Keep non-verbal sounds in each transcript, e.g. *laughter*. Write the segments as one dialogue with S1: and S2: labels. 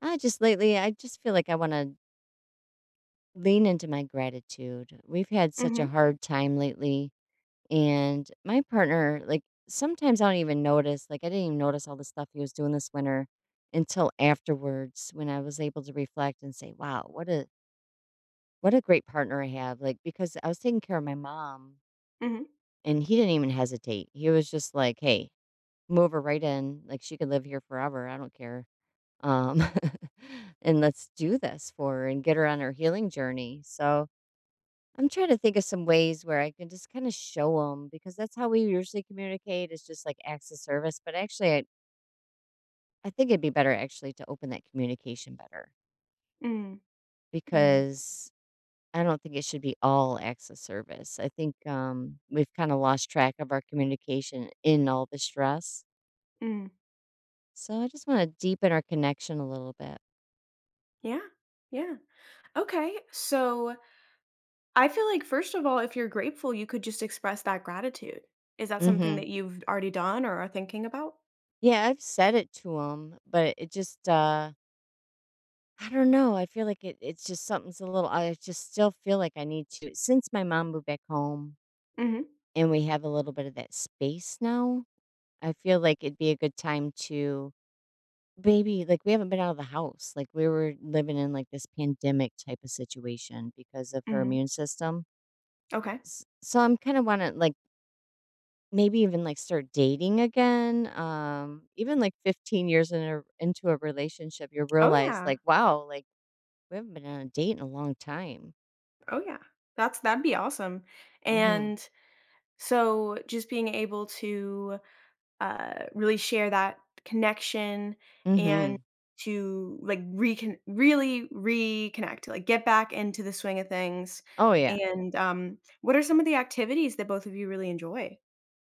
S1: I just feel like I want to lean into my gratitude. We've had such a
S2: Mhm,
S1: hard time lately. And my partner, like, sometimes I don't even notice, like, I didn't even notice all the stuff he was doing this winter until afterwards when I was able to reflect and say, wow, what a great partner I have. Like, because I was taking care of my mom
S2: mhm,
S1: and he didn't even hesitate. He was just like, hey, move her right in. Like, she could live here forever. I don't care um, *laughs* and let's do this for her and get her on her healing journey. So I'm trying to think of some ways where I can just kind of show them because that's how we usually communicate is just like acts of service. But actually, I think it'd be better actually to open that communication better
S2: mm, mm,
S1: because I don't think it should be all acts of service. I think we've kind of lost track of our communication in all the stress.
S2: mm.
S1: So I just want to deepen our connection a little bit.
S2: Yeah, yeah. Okay, so I feel like, first of all, if you're grateful, you could just express that gratitude. Is that something
S1: Hmm,
S2: that you've already done or are thinking about?
S1: yeah, I've said it to him, but it just I don't know, I feel like it's just something's a little I just still feel like I need to since my mom moved back home,
S2: Mhm,
S1: and we have a little bit of that space now, I feel like it'd be a good time to maybe like, we haven't been out of the house, like, we were living in, like, this pandemic type of situation because of her
S2: mhm.
S1: immune system.
S2: Okay.
S1: S so I'm kinda wanna, like, maybe even, like, start dating again, even, like, 15 years in a into a relationship, you
S2: Oh
S1: realize,
S2: yeah,
S1: like, wow, like, we haven't been on a date in a long time.
S2: oh yeah. That'd be awesome.
S1: Mhm.
S2: And so just being able to really share that connection, and
S1: Mhm.
S2: to like recon really reconnect, like get back into the swing of things.
S1: Oh, yeah.
S2: And what are some of the activities that both of you really enjoy?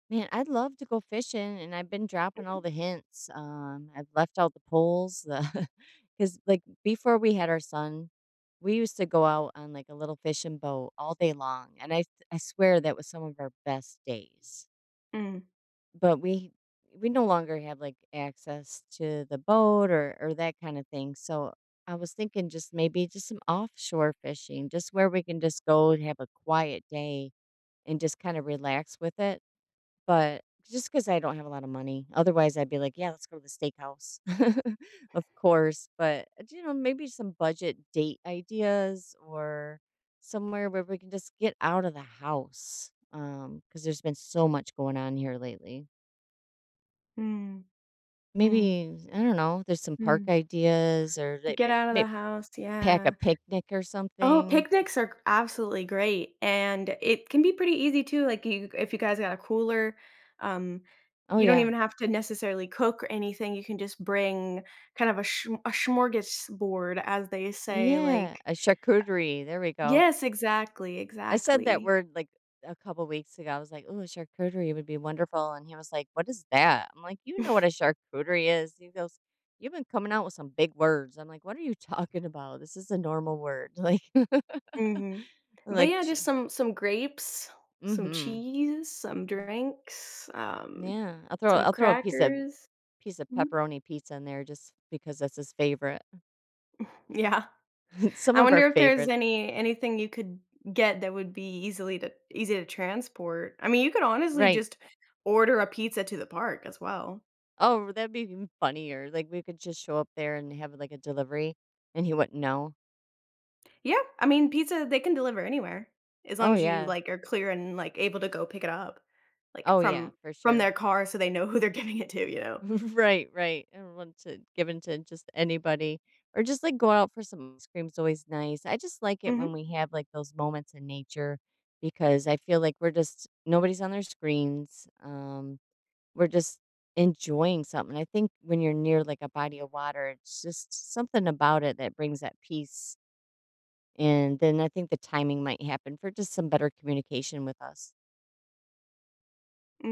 S1: Man, I'd love to go fishing, and I've been dropping all the hints, I've left out the poles, the, *laughs* because like, before we had our son, we used to go out on, like, a little fishing boat all day long, and I swear that was some of our best days,
S2: Mhm.
S1: but we no longer have, like, access to the boat or that kinda thing, so I was thinking just maybe just some offshore fishing, just where we can just go and have a quiet day and just kinda relax with it. But just because I don't have a lot of money, otherwise, I'd be like, "Yeah, let's go to the steakhouse." *laughs* Of course, but, you know, maybe some budget date ideas or somewhere where we can just get out of the house. Because 'cause there's been so much going on here lately.
S2: Mm, mm, mm,
S1: Maybe, I don't know, there's some park
S2: mm.
S1: ideas or like
S2: Get out of
S1: may
S2: the house.
S1: pack a
S2: Yeah.
S1: picnic or
S2: Oh,
S1: something.
S2: picnics are absolutely great, and it can be pretty easy too, like, you if you guys got a cooler, um,
S1: Oh,
S2: you don't
S1: yeah.
S2: even have to necessarily cook or anything. You can just bring kind of a smorgasbord, as they say,
S1: Yeah,
S2: like.
S1: a charcuterie, there we go.
S2: Yes, exactly,
S1: I said that
S2: exactly.
S1: word like a couple weeks ago. I was like, "Oh, charcuterie would be wonderful," and he was like, "What is that?" I'm like, "You know what a
S2: *laughs*
S1: charcuterie is." He goes, "You've been coming out with some big words." I'm like, "What are you talking about? This is a normal word." *laughs* Like,
S2: Mhm.
S1: I'm
S2: But
S1: like,
S2: yeah, just some grapes, some
S1: mm-hmm,
S2: cheese, some drinks,
S1: yeah.
S2: some
S1: I'll throw a piece of
S2: crackers. Mhm.
S1: pepperoni pizza in there just because that's his favorite.
S2: Yeah.
S1: *laughs* Some
S2: I
S1: of our
S2: wonder if there's
S1: favorites,
S2: anything you could get that would be easily to easy to transport. I mean, you could honestly
S1: right?
S2: just order a pizza to the park as well.
S1: Oh, that'd be even funnier. Like we could just show up there and have like a delivery, and he wouldn't know.
S2: Yeah, I mean, pizza they can deliver anywhere as
S1: Oh
S2: long as you
S1: yeah.
S2: like are clear and like able to go pick it up, like
S1: Oh, yeah,
S2: from
S1: for
S2: from
S1: sure.
S2: their car, so they know who they're *laughs* giving it to. You know.
S1: *laughs* Right, right. I don't want to give in to just anybody, or just, like, go out for some ice cream is always nice. I just like it when
S2: Mhm.
S1: we have, like, those moments in nature because I feel like we're just nobody's on their screens, we're just enjoying something. I think when you're near, like, a body of water, it's just something about it that brings that peace, and then I think the timing might happen for just some better communication with us.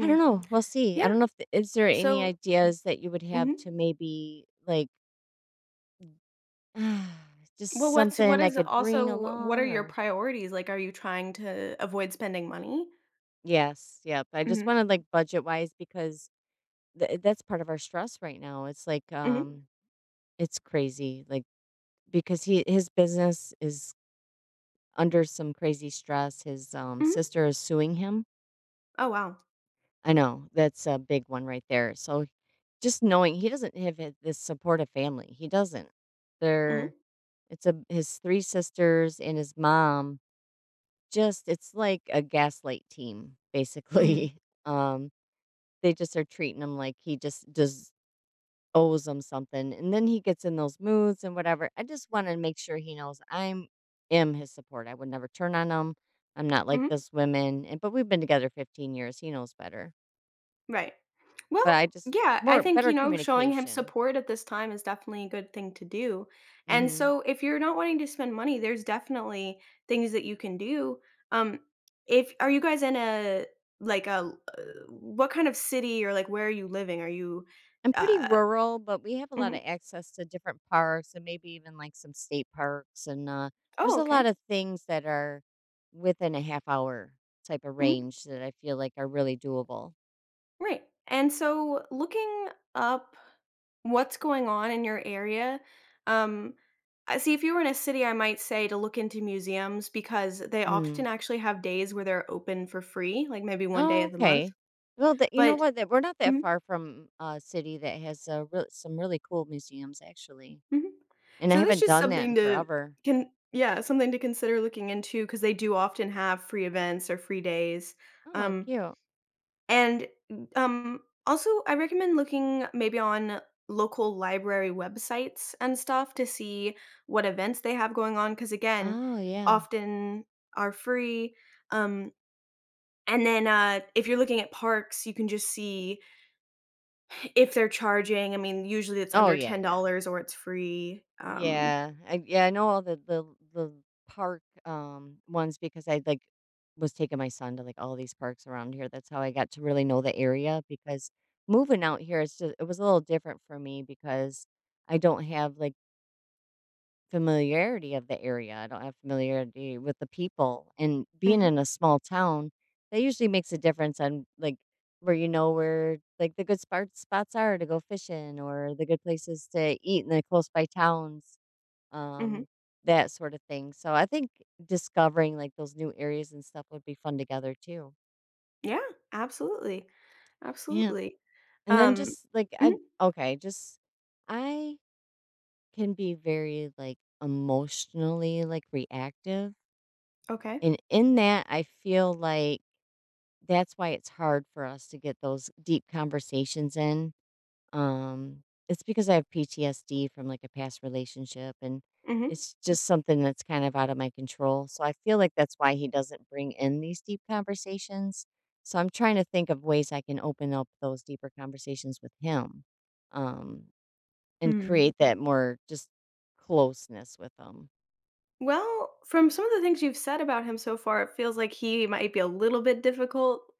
S1: I don't know, we'll see. I
S2: Yeah.
S1: don't know if th is there any
S2: So.
S1: ideas that you would have
S2: Mhm.
S1: to maybe, like, *sighs* just
S2: Well, what's what
S1: something I
S2: is
S1: could bring
S2: also what are
S1: along
S2: your
S1: or.
S2: priorities? Like, are you trying to avoid spending money?
S1: Yes, yep, I just
S2: Mhm.
S1: wanted like, budget-wise because that's part of our stress right now,
S2: Mhm.
S1: it's crazy, like, because he his business is under some crazy stress, his,
S2: Mhm.
S1: sister is suing him.
S2: Oh wow.
S1: I know, that's a big one right there, so just knowing he doesn't have hi this supportive family, he doesn't.
S2: Mhm.
S1: They're It's a his 3 sisters and his mom. Just it's like a gaslight team,
S2: Mhm.
S1: basically. *laughs* Um, they just are treating him like he just does owes them something, and then he gets in those moods and whatever. I just wanna make sure he knows I'm am his support. I would never turn on him. I'm not like
S2: Mhm.
S1: those women, and but we've been together 15 years. He knows better.
S2: Right.
S1: But
S2: Well,
S1: I just
S2: yeah, I
S1: more
S2: think,
S1: better
S2: showing him
S1: communication.
S2: support at this time is definitely a good thing to do. And
S1: Mhm.
S2: so if you're not wanting to spend money, there's definitely things that you can do. Um if are you guys in a like a uh, what kind of city, or where are you living? Are you
S1: I'm pretty
S2: uh
S1: rural, but we have a lot
S2: mhm.
S1: of access to different parks and maybe even like some state parks. And there's
S2: Oh,
S1: a lot
S2: okay.
S1: of things that are within a half hour type of
S2: Mhm.
S1: range that I feel like are really doable.
S2: Right. And so looking up what's going on in your area. Um, I see, if you were in a city, I might say to look into museums because they often
S1: Mm.
S2: actually have days where they're open for free, like maybe one day
S1: Oh,
S2: of the month.
S1: okay. Well, that you know
S2: But
S1: what? That we're not that
S2: mhm,
S1: far from a city that has real some really cool museums, actually.
S2: mhm.
S1: And I
S2: So that's
S1: haven't
S2: just
S1: done that
S2: something
S1: in
S2: to
S1: forever.
S2: can yeah, something to consider looking into because they do often have free events or free days.
S1: Oh,
S2: Um,
S1: cute.
S2: And, um, also, I recommend looking maybe on local library websites and stuff to see what events they have going on. Because again,
S1: Oh, yeah.
S2: often are free, um, and then, if you're looking at parks, you can just see if they're charging. I mean, usually it's
S1: Oh,
S2: under
S1: yeah, yeah.
S2: $10 or it's free.
S1: Yeah, I know all the park ones because I, like, was taking my son to, like, all these parks around here, that's how I got to really know the area because moving out here is ju it was a little different for me because I don't have, like, familiarity of the area, I don't have familiarity with the people, and being
S2: Mhm,
S1: in a small town, that usually makes a difference on, like, where you know where, like, the good spots are to go fishing or the good places to eat in the close by towns
S2: mhm.
S1: um, that sort of thing. So I think discovering like those new areas and stuff would be fun together too.
S2: Yeah, absolutely,
S1: Yeah.
S2: absolutely.
S1: And then
S2: Um
S1: just like
S2: mhm,
S1: I okay, just I can be very like emotionally like reactive.
S2: okay.
S1: And in that I feel like that's why it's hard for us to get those deep conversations in. It's because I have PTSD from like a past relationship and
S2: Mhm,
S1: it's just something that's kind of out of my control. So I feel like that's why he doesn't bring in these deep conversations. So I'm trying to think of ways I can open up those deeper conversations with him, um, and
S2: hmm.
S1: create that more just closeness with him.
S2: Well, from some of the things you've said about him so far, it feels like he might be a little bit difficult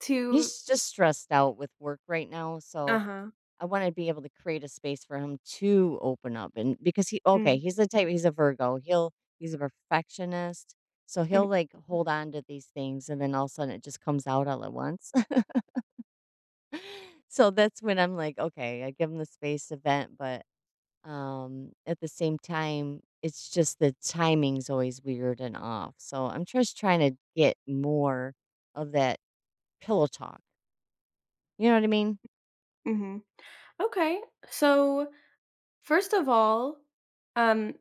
S2: to.
S1: He's just stressed out with work right now. So
S2: Uh-huh.
S1: I want to be able to create a space for him to open up and
S2: Mm,
S1: he's the type, he's a Virgo. He's a perfectionist. So
S2: mhm,
S1: he'll like hold on to these things and then all of a sudden it just comes out all at once. *laughs* So that's when I'm like, okay, I give him the space to vent, but at the same time it's just the timing's always weird and off. So I'm just trying to get more of that pillow talk. You know what I mean?
S2: mhm. Okay, so first of all, um,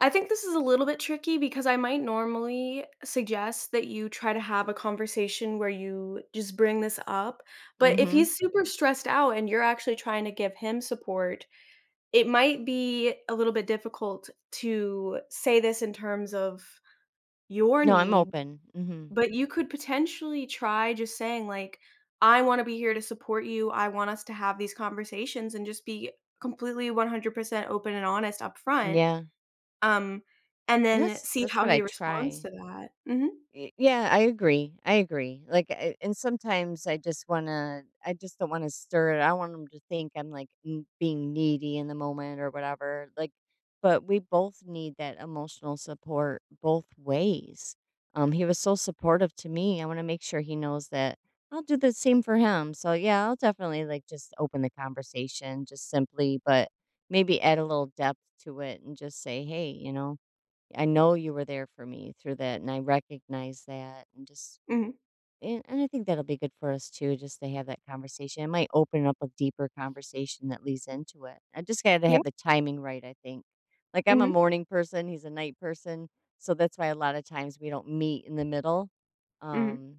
S2: I think this is a little bit tricky, because I might normally suggest that you try to have a conversation where you just bring this up, but if
S1: Mhm.
S2: he's super stressed out and you're actually trying to give him support, it might be a little bit difficult to say this in terms of your
S1: No, I'm
S2: needs,
S1: open. Mhm.
S2: but you could potentially try just saying like, "I wanna be here to support you, I want us to have these conversations," and just be completely 100% open and honest upfront,
S1: Yeah.
S2: um, and
S1: And
S2: then
S1: that's
S2: see
S1: that's
S2: how
S1: what I
S2: he responds
S1: try.
S2: to that. Mhm,
S1: Y Yeah, I agree, I agree. Like, I and sometimes I just wanna I just don't wanna stir it. I want them to think I'm, like, n being needy in the moment or whatever, like but we both need that emotional support both ways. He was so supportive to me, I wanna make sure he knows that I'll do the same for him. So, yeah, I'll definitely, like, just open the conversation just simply, but maybe add a little depth to it and just say, "Hey," you know? I know you were there for me through that, and I recognize that, and just
S2: mhm,
S1: and I think that'll be good for us too, just to have that conversation. It might open up a deeper conversation that leads into it. I just got to
S2: yeah,
S1: have the timing right. I think, like I'm a
S2: mhm,
S1: morning person, he's a night person, so that's why a lot of times we don't meet in the middle.
S2: mhm.
S1: Um,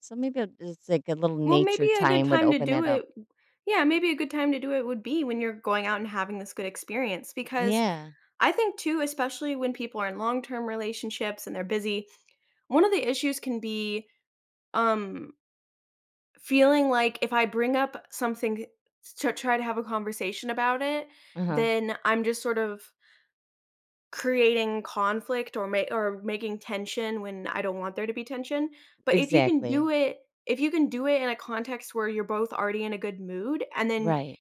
S1: so maybe I'll just like a little
S2: Well,
S1: nature
S2: maybe a good
S1: time would
S2: time to
S1: open
S2: do
S1: that up.
S2: it yeah, maybe a good time to do it would be when you're going out and having this good experience, because
S1: Yeah.
S2: I think, too, especially when people are in long-term relationships and they're busy, one of the issues can be, Um, feeling like if I bring up something to try to have a conversation about it,
S1: Uh huh.
S2: then I'm just sort of creating conflict, or ma or making tension when I don't want there to be tension. But if you can
S1: Exactly.
S2: do it if you can do it in a context where you're both already in a good mood, and then
S1: Right.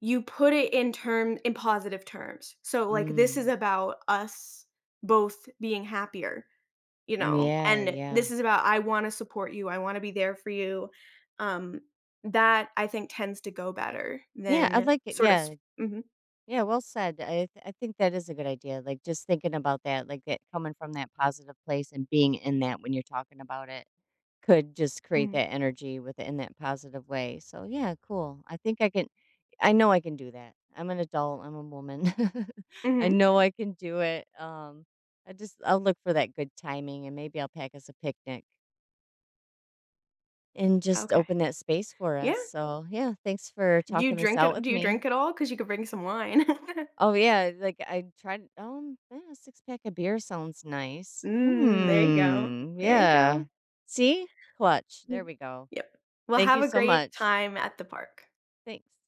S2: you put it in positive terms. So, like, this is
S1: Mm.
S2: about us both being happier. You know,
S1: Yeah.
S2: and
S1: Yeah.
S2: this is about, I wanna support you, I wanna be there for you. Um, that I think tends to go better
S1: Yeah. I'd
S2: than
S1: like it.
S2: sort of s
S1: Yeah.
S2: Mhm,
S1: Yeah, well said. I think that is a good idea. Like just thinking about that, like that coming from that positive place and being in that when you're talking about it could just create
S2: mhm,
S1: that energy within that positive way. So yeah, cool. I think I can I know I can do that. I'm an adult, I'm a woman. *laughs* I
S2: mhm.
S1: know I can do it. I just I'll look for that good timing and maybe I'll pack us a picnic and just
S2: Okay.
S1: open that space for
S2: Yeah.
S1: us. So yeah, thanks for
S2: Do you
S1: talking this
S2: drink
S1: out
S2: it?
S1: with
S2: Do you
S1: me.
S2: drink at all? Because you could bring some wine. *laughs*
S1: Oh, yeah, like, I tried yeah, a six pack of beer sounds nice.
S2: Mm, there you go.
S1: Mhm. Hmm,
S2: There you
S1: yeah.
S2: go.
S1: See? Clutch, there
S2: Mm.
S1: we go.
S2: Yep. Well,
S1: Thank
S2: have
S1: you
S2: a
S1: so
S2: great
S1: much.
S2: time at the park.
S1: Thanks.